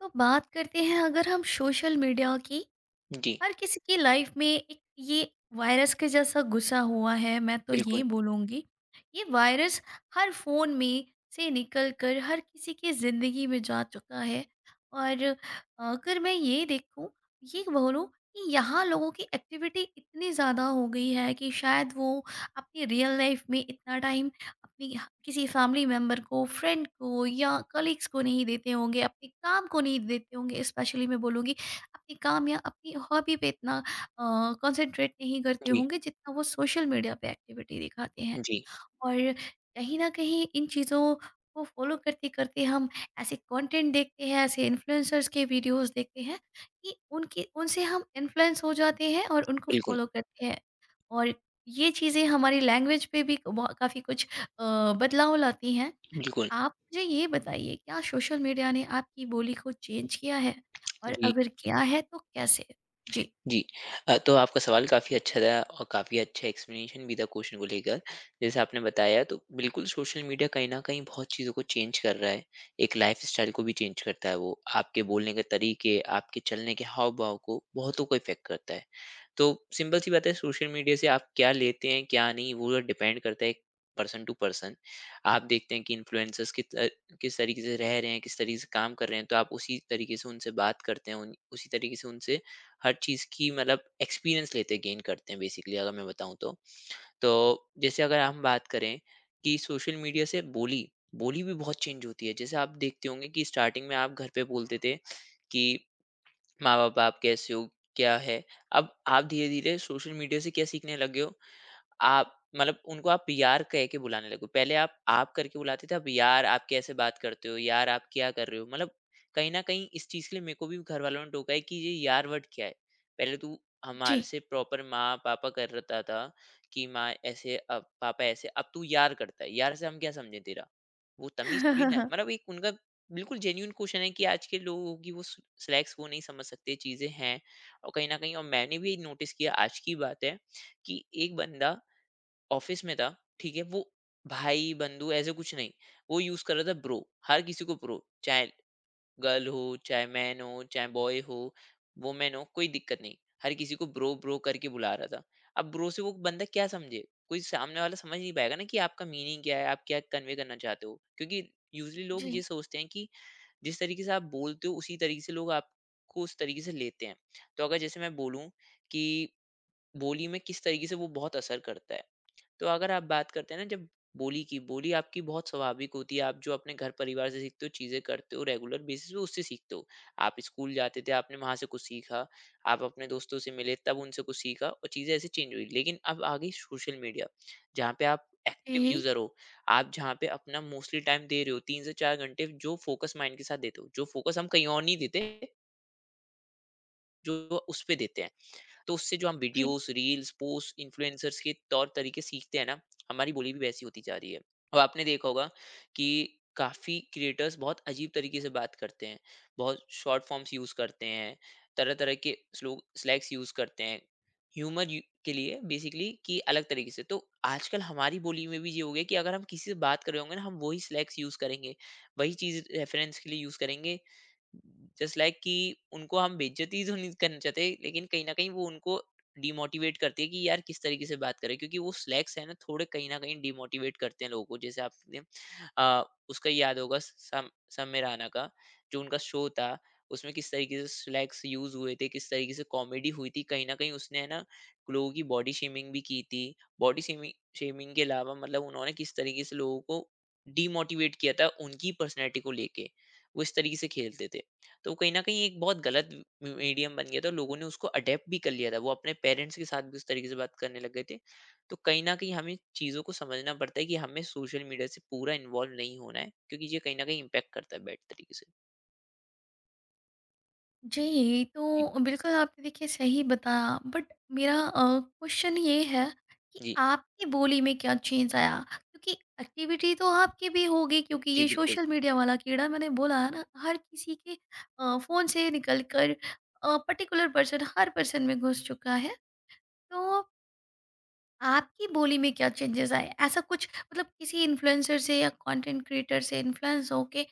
तो बात करते हैं अगर हम सोशल मीडिया की, जी, हर किसी की लाइफ में एक ये वायरस के जैसा घुसा हुआ है मैं तो ये बिल्कुल। बोलूँगी। ये वायरस हर फ़ोन में से निकल कर हर किसी की ज़िंदगी में जा चुका है। और अगर मैं ये देखूँ, ये बोलूँ कि यहाँ लोगों की एक्टिविटी इतनी ज़्यादा हो गई है कि शायद वो अपनी रियल लाइफ में इतना टाइम अपनी ह किसी फ़ैमिली मेंबर को, फ्रेंड को या कलीग्स को नहीं देते होंगे, अपने काम को नहीं देते होंगे। स्पेशली मैं बोलूँगी अपने काम या अपनी हॉबी पे इतना कंसंट्रेट नहीं करते जी, होंगे जितना वो सोशल मीडिया पे एक्टिविटी दिखाते हैं। जी, और कहीं न कहीं इन चीज़ों को फ़ॉलो करते-करते हम ऐसे कंटेंट देखते हैं, ऐसे इन्फ्लुएंसर्स के वीडियोज़ देखते हैं कि उनकी उनसे हम इन्फ्लुएंस हो जाते हैं और उनको बिल्कुल, फ़ॉलो करते हैं। और ये चीज़ें हमारी लैंग्वेज पे भी बहु काफ़ी कुछ अ, बदलाव लाती हैं। तो बिल्कुल। आप मुझे ये बताइए, क्या सोशल मीडिया ने आपकी बोली को चेंज किया है? और जी, अगर किया है तो कैसे? जी। जी। तो आपका सवाल काफ़ी अच्छा था और काफ़ी अच्छा एक्सप्लेनेशन भी था क्वेश्चन को लेकर। जैसे आपने बताया तो बिल्कुल सोशल मीडिया कहीं न कहीं बहुत चीज़ों को चेंज कर रहा है। एक लाइफ़स्टाइल को भी चेंज करता है वो। आपके बोलने के तरीके, आपके चलने के हाव-भाव को बहुतों को इफ़ेक्ट करता है। तो सिंपल सी बात है सोशल मीडिया से आप क्या लेते हैं क्या नहीं वो तो डिपेंड करता है पर्सन टू पर्सन। आप देखते हैं कि इन्फ्लुएंसर्स किस तरीके से रह रहे हैं किस तरीके से काम कर रहे हैं तो आप उसी तरीके से उनसे बात करते हैं उसी तरीके से उनसे हर चीज़ की मतलब एक्सपीरियंस लेते हैं, गेन करते हैं बेसिकली अगर मैं बताऊं तो। तो जैसे अगर हम बात करें कि सोशल मीडिया से बोली बोली भी बहुत चेंज होती है। जैसे आप देखते होंगे कि स्टार्टिंग में आप घर पे बोलते थे माँ-बाप आपके ऐसे हो, क्या है? अब आप धीरे-धीरे सोशल मीडिया से क्या सीखने लगे हो? आप मतलब उनको आप यार कह के बुलाने लगे हो। पहले आप करके बुलाते थे, अब यार आप कैसे बात करते हो? यार आप क्या कर रहे हो? मतलब कहीं न कहीं इस चीज़ के लिए मेरे को भी घरवालों ने टोका है कि ये यार वर्ड क्या है? पहले तू हमारे जी। से प्रॉपर माँ-पापा करता था कि माँ ऐसे पापा ऐसे, अब तू यार करता है। यार से हम क्या समझे तेरा? वो तमीज़ थोड़ी ना है। मतलब एक उनका बिल्कुल जेन्युइन क्वेश्चन है कि आज के लोगों की वो स स्लैंग्स वो नहीं समझ सकते, चीज़ें हैं। और कहीं न कहीं और मैंने भी नोटिस किया आज की बात है कि एक बंदा ऑफिस में था, ठीक है? वो भाई, बंधु ऐसे कुछ नहीं, वो यूज़ कर रहा था ब्रो, हर किसी को ब्रो, चाहे गर्ल हो, चाहे मैन हो, चाहे बॉय हो, वुमेन हो, कोई दिक्कत नहीं। हर किसी को ब्रो, ब्रो करके बुला रहा था। अब ब्रो से वो बंदा क्या समझे? कोई सामने वाला समझ नहीं पाएगा ना कि आपका मीनिंग क्या है, आप क्या कन्वे करना चाहते हो? क्योंकि यूज़ुअली जी, लोग ये सोचते हैं कि जिस तरीके से आप बोलते हो, उसी तरीके से लोग आपको उस तरीके से लेते हैं। तो अगर जैसे मैं बोलूँ कि बोली में किस तरीके से वो बहुत असर करता है। तो अगर आप बात करते हैं ना जब बोली की बोली आपकी बहुत स्वाभाविक होती है। आप जो अपने घर परिवार से सीखते हो चीज़ें करते हो रेगुलर बेसिस पे उससे सीखते हो। आप स्कूल जाते थे आपने वहाँ से कुछ सीखा। आप अपने दोस्तों से मिले तब उनसे कुछ सीखा और चीज़ें ऐसे चेंज हुई। लेकिन अब आ गई सोशल मीडिया जहाँ पे आप एक्टिव जी। यूज़र हो। आप जहाँ पे अपना मोस्टली टाइम दे रहे हो 3 से 4 घंटे जो फोकस माइंड के साथ देते हो, जो फोकस हम कहीं और नहीं देते जो उस पे देते हैं। तो उससे जो हम जी। वीडियोस रील्स पोस्ट इन्फ्लुएंसर्स के तौर तरीके सीखते हैं ना, हमारी बोली भी वैसी होती जा रही है। और आपने देखा होगा कि काफी क्रिएटर्स बहुत अजीब तरीके से बात करते हैं, बहुत शॉर्ट फॉर्म्स यूज करते हैं, तरह तरह के स्लोग स्लैग्स यूज करते हैं ह्यूमर के लिए बेसिकली कि अलग तरीके से। तो आजकल हमारी बोली में भी ये हो गया कि अगर हम किसी से बात कर रहे होंगे ना, हम वही स्लैग्स यूज करेंगे, वही चीज रेफरेंस के लिए यूज करेंगे जस्ट लाइक कि उनको हम बेइज्जती तो नहीं करना चाहते लेकिन कहीं ना कहीं वो उनको डिमोटिवेट करती है कि यार किस तरीके से बात करें, क्योंकि वो स्लैक्स है ना थोड़े कहीं ना कहीं डिमोटिवेट करते हैं लोगों को। जैसे आपने आ, उसका याद होगा सम समय राणा का जो उनका शो था उसमें किस तरीके से स्लैक्स यूज हुए थे किस तरीके से कॉमेडी हुई थी कहीं ना कहीं उसने है ना लोगों की बॉडी शेमिंग भी की थी। बॉडी शेमिंग शेमिंग के अलावा मतलब उन्होंने किस तरीके से लोगों को डीमोटिवेट किया था उनकी पर्सनैलिटी को लेके वो इस तरीके से खेलते थे। तो कहीं न कहीं एक बहुत गलत म मीडियम बन गया था, लोगों ने उसको अडॉप्ट भी कर लिया था, वो अपने पेरेंट्स के साथ भी उस तरीके से बात करने लग गए थे। तो कहीं न कहीं हमें चीज़ों को समझना पड़ता है कि हमें सोशल मीडिया से पूरा इन्वॉल्व नहीं होना है, क्योंकि ये कहीं न कहीं इम्पैक्ट करता है बैड तरीके से। जी, जी, तो बिल्कुल आपने देखिए सही बताया, बट मेरा क्वेश्चन ये है कि जी, आपकी बोली में क्या चेंज आया? क्योंकि एक्टिविटी तो आपकी भी होगी, क्योंकि जी ये बिल्कुल। सोशल मीडिया वाला कीड़ा मैंने बोला है ना, हर किसी के फ़ोन से निकल कर पर्टिकुलर पर्सन हर पर्सन में घुस चुका है। तो आपकी बोली में क्या चेंजेस आए? ऐसा कुछ मतलब किसी इन्फ्लुएंसर से या कंटेंट क्रिएटर से इन्फ्लुएंस होके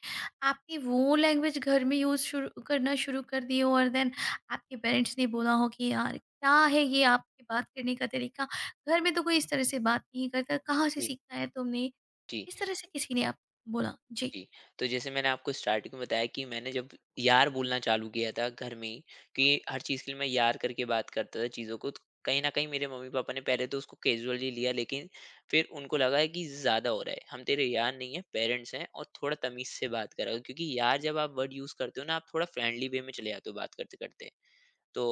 आपने वो लैंग्वेज घर में यूज़ शुरू कर दी हो और देन आपके पेरेंट्स ने बोला हो कि यार क्या है ये आपके बात करने का तरीका? घर में तो कोई इस तरह से बात नहीं करता, कहाँ से जी, सीखा है तुमने? जी। इस तरह से किसी ने आप बोला? जी। जी, तो जैसे मैंने आपको स्टार्टिंग में बताया कि मैंने जब यार बोलना चालू किया था घर में ही, कि हर चीज़ के लिए मैं यार करके बात करता था चीज़ों को, तो कहीं न कहीं मेरे मम्मी-पापा ने पहले तो उसको कैज़ुअली लिया, लेकिन फिर उनको लगा है कि ज़्यादा हो रहा है, हम तेरे यार नहीं हैं, पेरेंट्स हैं और थोड़ा तमीज़ से बात करा करो क्योंकि यार जब आप वर्ड यूज़ करते हो ना, आप थोड़ा फ्रेंडली वे में चले जाते हो बात करते-करते। तो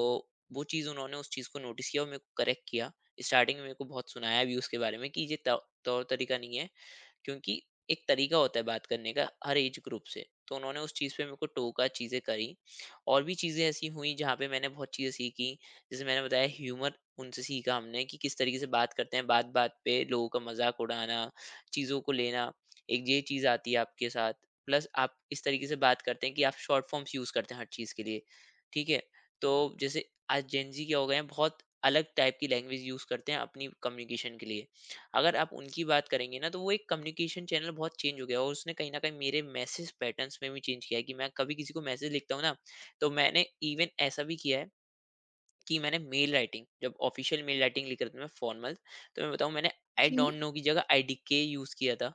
वो चीज़ उन्होंने उस चीज़ को नोटिस किया और मेरे को करेक्ट किया। स्टार्टिंग में मेरे को बहुत सुनाया भी उसके बारे में कि ये तौ तौर-तरीका नहीं है, क्योंकि एक तरीका होता है बात करने का हर एज ग्रुप से। तो उन्होंने उस चीज़ पे मेरे को टोका चीज़ें करी। और भी चीज़ें ऐसी हुई जहाँ पे मैंने बहुत चीज़ें सीखी। जैसे मैंने बताया ह्यूमर उनसे सीखा हमने कि किस तरीके से बात करते हैं बात बात पे लोगों का मजाक उड़ाना, चीज़ों को लेना, एक ये चीज़ आती है आपके साथ। प्लस आप इस तरीके से बात करते हैं कि आप शॉर्ट फॉर्म्स यूज़ करते हैं हर चीज़ के लिए, ठीक है? तो जैसे आज जेंजी क्या हो गए हैं बहुत अलग टाइप की लैंग्वेज यूज़ करते हैं अपनी कम्युनिकेशन के लिए। अगर आप उनकी बात करेंगे ना तो वो एक कम्युनिकेशन चैनल बहुत चेंज हो गया और उसने कहीं न कहीं मेरे मैसेज पैटर्न्स में भी चेंज किया है कि मैं कभी किसी को मैसेज लिखता हूँ ना, तो मैंने इवन ऐसा भी किया है कि मैंने मेल राइटिंग जब ऑफिशियल मेल राइटिंग लिख रहा था मैं फॉर्मल, तो मैं बताऊँ मैंने आई जी। डोंट नो की जगह आईडीके यूज़ किया था,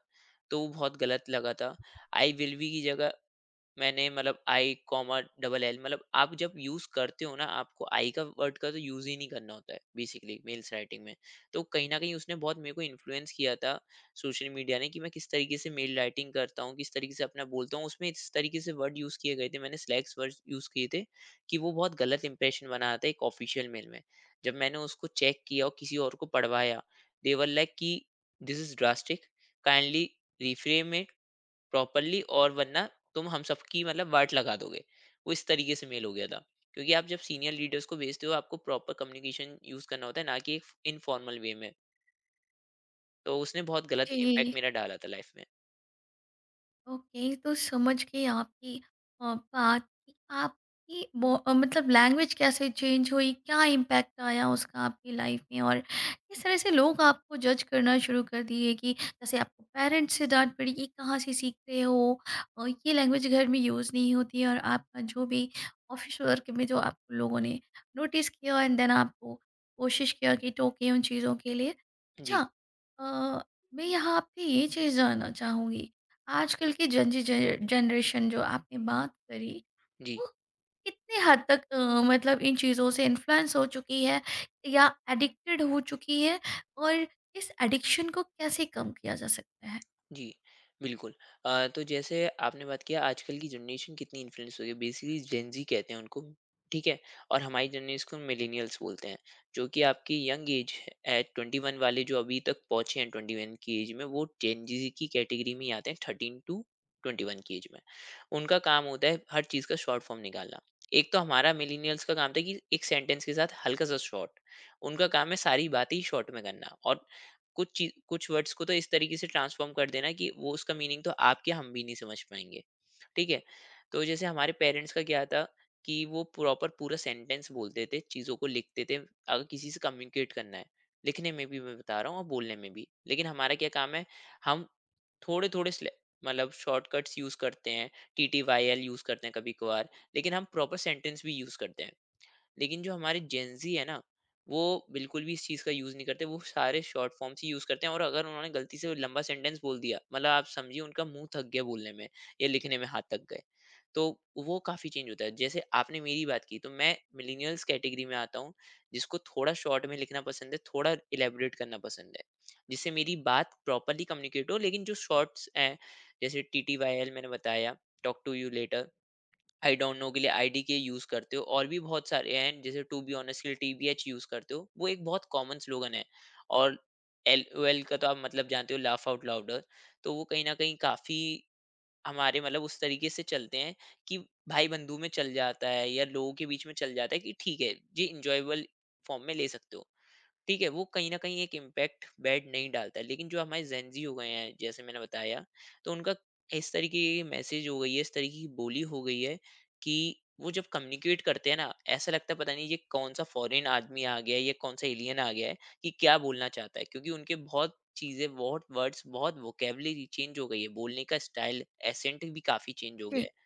तो वो बहुत गलत लगा था। आई विल बी की जगह मैंने मतलब आई कॉमा डबल एल मतलब आप जब यूज करते हो ना आपको आई का वर्ड का तो यूज ही नहीं करना होता है बेसिकली मेल्स राइटिंग में। तो कहीं ना कहीं उसने बहुत मेरे को इन्फ्लुएंस किया था सोशल मीडिया ने कि मैं किस तरीके से मेल राइटिंग करता हूँ किस तरीके से अपना बोलता हूँ उसमें इस तरीके से वर्ड यूज किए गए थे, मैंने स्लैग्स वर्ड यूज किए थे कि वो बहुत गलत इंप्रेशन बना था एक ऑफिशियल मेल में। जब मैंने उसको चेक किया और किसी और को पढ़वाया, देवर लाइक कि this is drastic kindly reframe it properly और वरना तुम हम सबकी मतलब वाट लगा दोगे, वो इस तरीके से मेल हो गया था। क्योंकि आप जब सीनियर लीडर्स को भेजते हो आपको प्रॉपर कम्युनिकेशन यूज करना होता है ना कि एक इनफॉर्मल वे में। तो उसने बहुत गलत इम्पैक्ट जी। मेरा डाला था लाइफ में। ओके, तो समझ गई आपकी बात कि आपकी मतलब लैंग्वेज कैसे चेंज हुई, क्या इम्पैक्ट आया उसका आपकी लाइफ में, और किस तरह से लोग आपको जज करना शुरू कर दिए, कि जैसे आपको पेरेंट्स से डांट पड़ी, ये कहाँ से सीख रहे हो और ये लैंग्वेज घर में यूज़ नहीं होती है, और आपका जो भी ऑफिस वर्क में जो आपको लोगों ने नोटिस किया एंड देन आपको कोशिश किया कि टोके उन चीज़ों के लिए। जी, अच्छा। अ, मैं यहाँ आपसे ये चीज़ जानना चाहूँगी, आजकल की जनरेशन जो आपने बात करी, जी, वो कितने हद तक मतलब इन चीज़ों से इन्फ्लुएंस हो चुकी है या एडिक्टेड हो चुकी है, और इस एडिक्शन को कैसे कम किया जा सकता है? जी, बिल्कुल। तो जैसे आपने बात किया आजकल की जनरेशन कितनी इन्फ्लुएंस हो गई है, बेसिकली जेन ज़ी कहते हैं उनको, ठीक है? और हमारी जनरेशन को मिलेनियल्स बोलते हैं, जो कि आपकी यंग एज है 21 वाले जो अभी तक पहुँचे हैं 21 की एज में, वो जेन ज़ी की कैटेगरी में ही आते हैं 13 टू 21 की एज में। उनका काम होता है हर चीज़ का शॉर्ट फॉर्म निकालना। एक तो हमारा मिलेनियल्स का काम था कि एक सेंटेंस के साथ हल्का-सा शॉर्ट, उनका काम है सारी बातें ही शॉर्ट में करना और कुछ चीज कुछ वर्ड्स को तो इस तरीके से ट्रांसफॉर्म कर देना कि वो उसका मीनिंग तो आप क्या हम भी नहीं समझ पाएंगे। ठीक है, तो जैसे हमारे पेरेंट्स का क्या था कि वो प्रॉपर पूरा सेंटेंस बोलते थे चीज़ों को लिखते थे अगर किसी से कम्युनिकेट करना है, लिखने में भी मैं बता रहा हूँ और बोलने में भी। लेकिन हमारा क्या काम है, हम थोड़े थोड़े मतलब शॉर्टकट्स यूज करते हैं। T T Y L use करते हैं कभी कभार, लेकिन हम प्रॉपर सेंटेंस भी यूज करते हैं। लेकिन जो हमारे जेंजी है ना, वो बिल्कुल भी इस चीज़ का यूज़ नहीं करते, वो सारे शॉर्ट फॉर्म्स ही यूज़ करते हैं। और अगर उन्होंने गलती से लंबा सेंटेंस बोल दिया, मतलब आप समझिए उनका मुंह थक गया बोलने में या लिखने में हाथ थक गए, तो वो काफ़ी चेंज होता है। जैसे आपने मेरी बात की, तो मैं मिलीनियल्स कैटेगरी में आता हूँ, जिसको थोड़ा शॉर्ट में लिखना पसंद है, थोड़ा इलेबरेट करना पसंद है, जिससे मेरी बात प्रॉपरली कम्युनिकेट हो। लेकिन जो शॉर्ट्स हैं, जैसे टी टी वाई एल मैंने बताया, talk to you later, I don't know के लिए आईडीके यूज करते हो, और भी बहुत सारे हैं जैसे टू बी ऑनेस्ट के लिए टीबीएच यूज करते हो, वो एक बहुत कॉमन स्लोगन है। और एल ओ एल का तो आप मतलब जानते हो, लाफ आउट लाउडर। तो वो कहीं ना कहीं काफी हमारे मतलब उस तरीके से चलते हैं कि भाई बंधु में चल जाता है या लोगों के बीच में चल जाता है कि ठीक है जी, इंजॉयबल फॉर्म में ले सकते हो, ठीक है, वो कहीं न कहीं एक इम्पैक्ट बैड नहीं डालता है। लेकिन जो हमारे जेन ज़ी हो गए हैं, जैसे मैंने बताया, तो उनका इस तरीके की मैसेज हो गई है, इस तरीके की बोली हो गई है कि वो जब कम्युनिकेट करते हैं ना, ऐसा लगता है पता नहीं ये कौन-सा फॉरेन आदमी आ गया है, ये कौन-सा एलियन आ गया है, कि क्या बोलना चाहता है। क्योंकि उनके बहुत चीज़ें, बहुत वर्ड्स, बहुत वोकैब्युलरी चेंज हो गई है, बोलने का स्टाइल, एसेंट भी काफ़ी चेंज हो गया जी। है।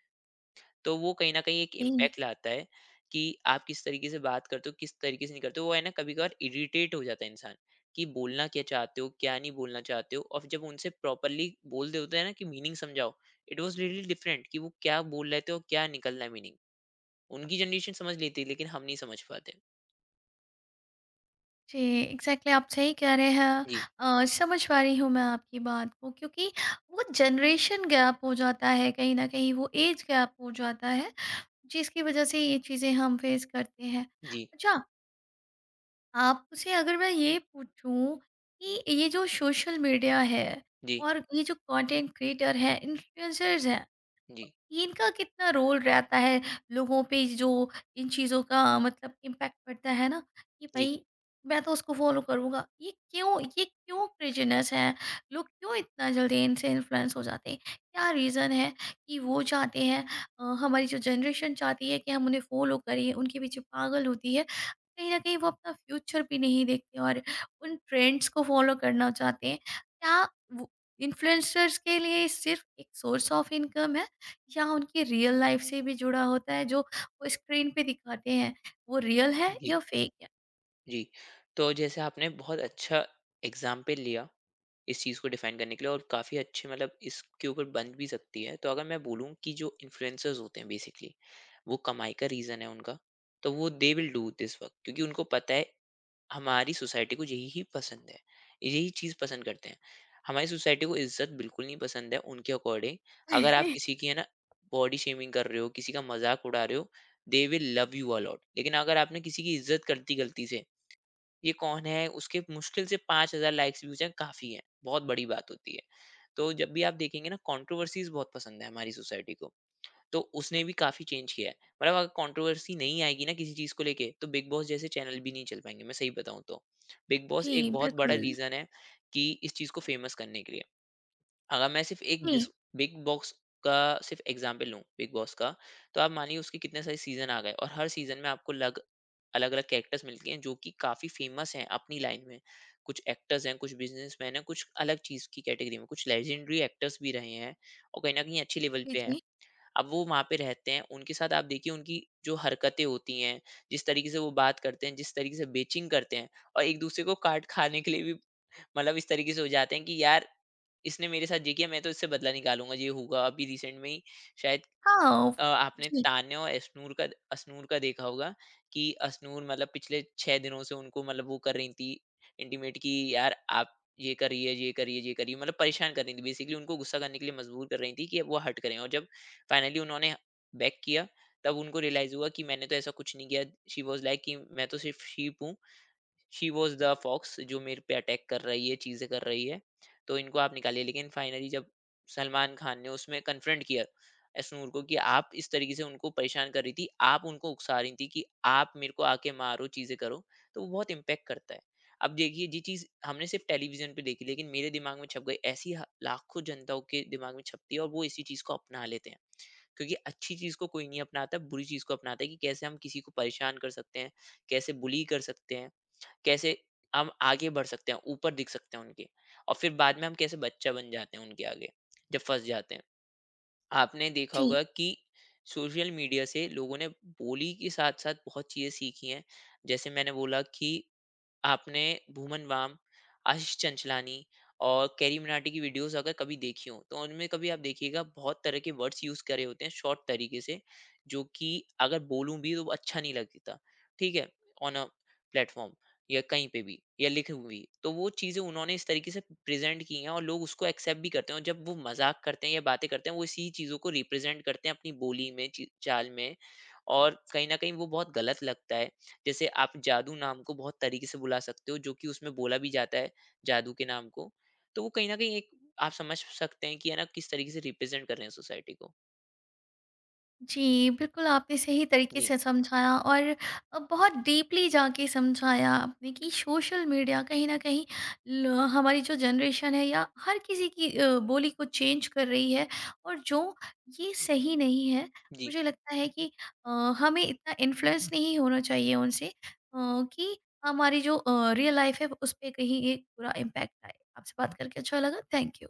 तो वो कहीं न कहीं एक जी। इम्पैक्ट लाता है कि आप किस तरीके से बात करते हो, किस तरीके से नहीं करते हो। वो है ना, कभी-कभार इरिटेट हो जाता है इंसान कि बोलना क्या चाहते हो, क्या नहीं बोलना चाहते हो। और जब उनसे प्रॉपर्ली बोल देते हैं ना कि मीनिंग समझाओ, इट वाज़ रियली डिफरेंट कि वो क्या बोल रहे थे और क्या निकल रहा है मीनिंग। उनकी जनरेशन समझ लेती है, लेकिन हम नहीं समझ पाते। जी एग्जैक्टली, आप सही कह रहे हैं। जी, समझ पा रही हूँ मैं आपकी बात को, क्योंकि वो जनरेशन गैप हो जाता है, कहीं ना कहीं वो एज गैप हो जाता है जिसकी वजह से ये चीज़ें हम फेस करते हैं। जी, अच्छा, आपसे अगर मैं ये पूछूं कि ये जो सोशल मीडिया है जी, और ये जो कंटेंट क्रिएटर है, इन्फ्लुएंसर्स हैं, जी, ये इनका कितना रोल रहता है लोगों पे? जो इन चीज़ों का मतलब इम्पैक्ट पड़ता है ना, कि जी, भाई मैं तो उसको फॉलो करूँगा, ये क्यों, ये क्यों क्रेजीनेस है? लोग क्यों इतना जल्दी इनसे इन्फ्लुएंस हो जाते हैं, क्या रीज़न है कि वो चाहते हैं हमारी जो जनरेशन चाहती है कि हम उन्हें फॉलो करें, उनके पीछे पागल होती है, कहीं ना कहीं वो अपना फ्यूचर भी नहीं देखते और उन ट्रेंड्स को फॉलो करना चाहते हैं? क्या इन्फ्लुएंसर्स के लिए सिर्फ एक सोर्स ऑफ इनकम है, या उनकी रियल लाइफ से भी जुड़ा होता है जो वो स्क्रीन पे दिखाते हैं? वो रियल है जी, या फेक है? जी। तो जैसे आपने बहुत अच्छा एग्ज़ाम्पल लिया इस चीज़ को डिफाइन करने के लिए, और काफ़ी अच्छे मतलब इसके ऊपर बन भी सकती है। तो अगर मैं बोलूँ कि जो इन्फ्लुएंसर्स होते हैं बेसिकली, वो कमाई का रीज़न है उनका, तो वो they will do this work, क्योंकि उनको पता है हमारी सोसाइटी को यही ही पसंद है, यही चीज़ पसंद करते हैं। हमारी सोसाइटी को इज़्ज़त बिल्कुल नहीं पसंद है उनके अकॉर्डिंग। अगर आप किसी की है ना बॉडी शेमिंग कर रहे हो, किसी का मज़ाक उड़ा रहे हो, they will love you a lot. लेकिन अगर आपने किसी की इज़्ज़त कर दी गलती से, ये कौन है? उसके मुश्किल से 5,000 लाइक्स व्यूज़ हैं, काफ़ी है, बहुत बड़ी बात होती है। तो जब भी आप देखेंगे ना, कंट्रोवर्सीज़ बहुत पसंद है हमारी सोसाइटी को, तो उसने भी काफ़ी चेंज किया है। मतलब अगर कंट्रोवर्सी नहीं आएगी ना किसी चीज़ को लेके, तो बिग बॉस जैसे चैनल भी नहीं चल पाएँगे, मैं सही बताऊँ तो। बिग बॉस जी, एक बहुत बड़ा बिल्कुल। रीज़न है कि इस चीज़ को फेमस करने के लिए। अगर मैं सिर्फ एक बिस जी, बिग बॉस का सिर्फ एग्जाम्पल लूँ बिग बॉस का, तो आप मानिए उसके कितने सारे सीज़न आ गए और हर सीज़न में आपको लग अलग-अलग कैरेक्टर्स मिलती हैं जो कि काफ़ी फ़ेमस हैं अपनी लाइन में। कुछ एक्टर्स हैं, कुछ बिज़नेसमैन हैं, कुछ अलग चीज़ की कैटेगरी में, कुछ लेजेंडरी एक्टर्स भी रहे हैं, और कहीं न कहीं अच्छे लेवल जी, पे हैं। जी। अब वो वहाँ पे रहते हैं, उनके साथ आप देखिए उनकी जो हरकतें होती हैं, जिस तरीके से वो बात करते हैं, जिस तरीके से बेचिंग करते हैं और एक-दूसरे को काट खाने के लिए भी, मतलब इस तरीके से हो जाते हैं कि यार इसने मेरे साथ ये किया, मैं तो इससे बदला निकालूंगा, ये होगा। अभी रिसेंट में ही शायद हाँ, आपने जी, तान्या और अश्नूर का देखा होगा कि अश्नूर मतलब पिछले 6 दिनों से उनको मतलब वो कर रही थी इंटीमेट, कि यार आप ये करिए, ये करिए, ये करिए, मतलब परेशान कर रही थी। बेसिकली उनको गुस्सा करने के लिए मजबूर कर रही थी कि अब वो हर्ट करें। और जब फाइनली उन्होंने बैक किया, तब उनको रियलाइज हुआ कि मैंने तो ऐसा कुछ नहीं किया। शी वाज़ लाइक कि मैं तो सिर्फ शीप हूँ, शी वॉज द फॉक्स जो मेरे पे अटैक कर रही है, चीजें कर रही है, तो इनको आप निकालिए। लेकिन फाइनली जब सलमान खान ने उसमें कन्फ्रंट किया एसनूर को कि आप इस तरीके से उनको परेशान कर रही थी, आप उनको उकसा रही थी कि आप मेरे को आके मारो, चीजें करो, तो वो बहुत इम्पेक्ट करता है। अब देखिए जी चीज हमने सिर्फ टेलीविजन पे देखी, लेकिन मेरे दिमाग में छप गई, ऐसी लाखों जनताओं के दिमाग में छपती है और वो इसी चीज को अपना लेते हैं, क्योंकि अच्छी चीज को कोई नहीं अपनाता, बुरी चीज को अपनाता है कि कैसे हम किसी को परेशान कर सकते हैं, कैसे बुली कर सकते हैं, कैसे हम आगे बढ़ सकते हैं, ऊपर दिख सकते हैं उनके, और फिर बाद में हम कैसे बच्चा बन जाते हैं उनके आगे, जब फँस जाते हैं। आपने देखा जी। होगा कि सोशल मीडिया से लोगों ने बोली के साथ-साथ बहुत चीज़ें सीखी हैं। जैसे मैंने बोला कि आपने भूमन बाम, आशीष चंचलानी और कैरी मनाटी की वीडियोस अगर कभी देखी हो, तो उनमें कभी आप देखिएगा बहुत तरह के वर्ड्स यूज़ करे होते हैं शॉर्ट तरीके से, जो कि अगर बोलूँ भी तो वो अच्छा नहीं लगता, ठीक है? ऑन अ प्लेटफ़ॉर्म या कहीं पे भी या लिखे हुए भी। तो वो चीज़ें उन्होंने इस तरीके से प्रेज़ेंट की हैं और लोग उसको एक्सेप्ट भी करते हैं, और जब वो मज़ाक करते हैं या बातें करते हैं, वो इसी चीज़ों को रिप्रेज़ेंट करते हैं अपनी बोली में, ची चाल में, और कहीं न कहीं वो बहुत गलत लगता है। जैसे आप जादू नाम को बहुत तरीके से बुला सकते हो, जो कि उसमें बोला भी जाता है जादू के नाम को, तो वो कहीं ना कहीं एक, आप समझ सकते हैं कि है ना किस तरीके से रिप्रेजेंट कर रहे हैं सोसाइटी को। जी, बिल्कुल आपने सही तरीके जी, से समझाया, और बहुत डीपली जाके समझाया आपने कि सोशल मीडिया कहीं न कहीं ल हमारी जो जनरेशन है या हर किसी की बोली को चेंज कर रही है, और जो ये सही नहीं है। जी। मुझे लगता है कि अ, हमें इतना इन्फ्लुएंस नहीं होना चाहिए उनसे, कि हमारी जो रियल लाइफ़ है उस पे कहीं एक बुरा इम्पैक्ट आए। आपसे बात करके अच्छा लगा। Thank you.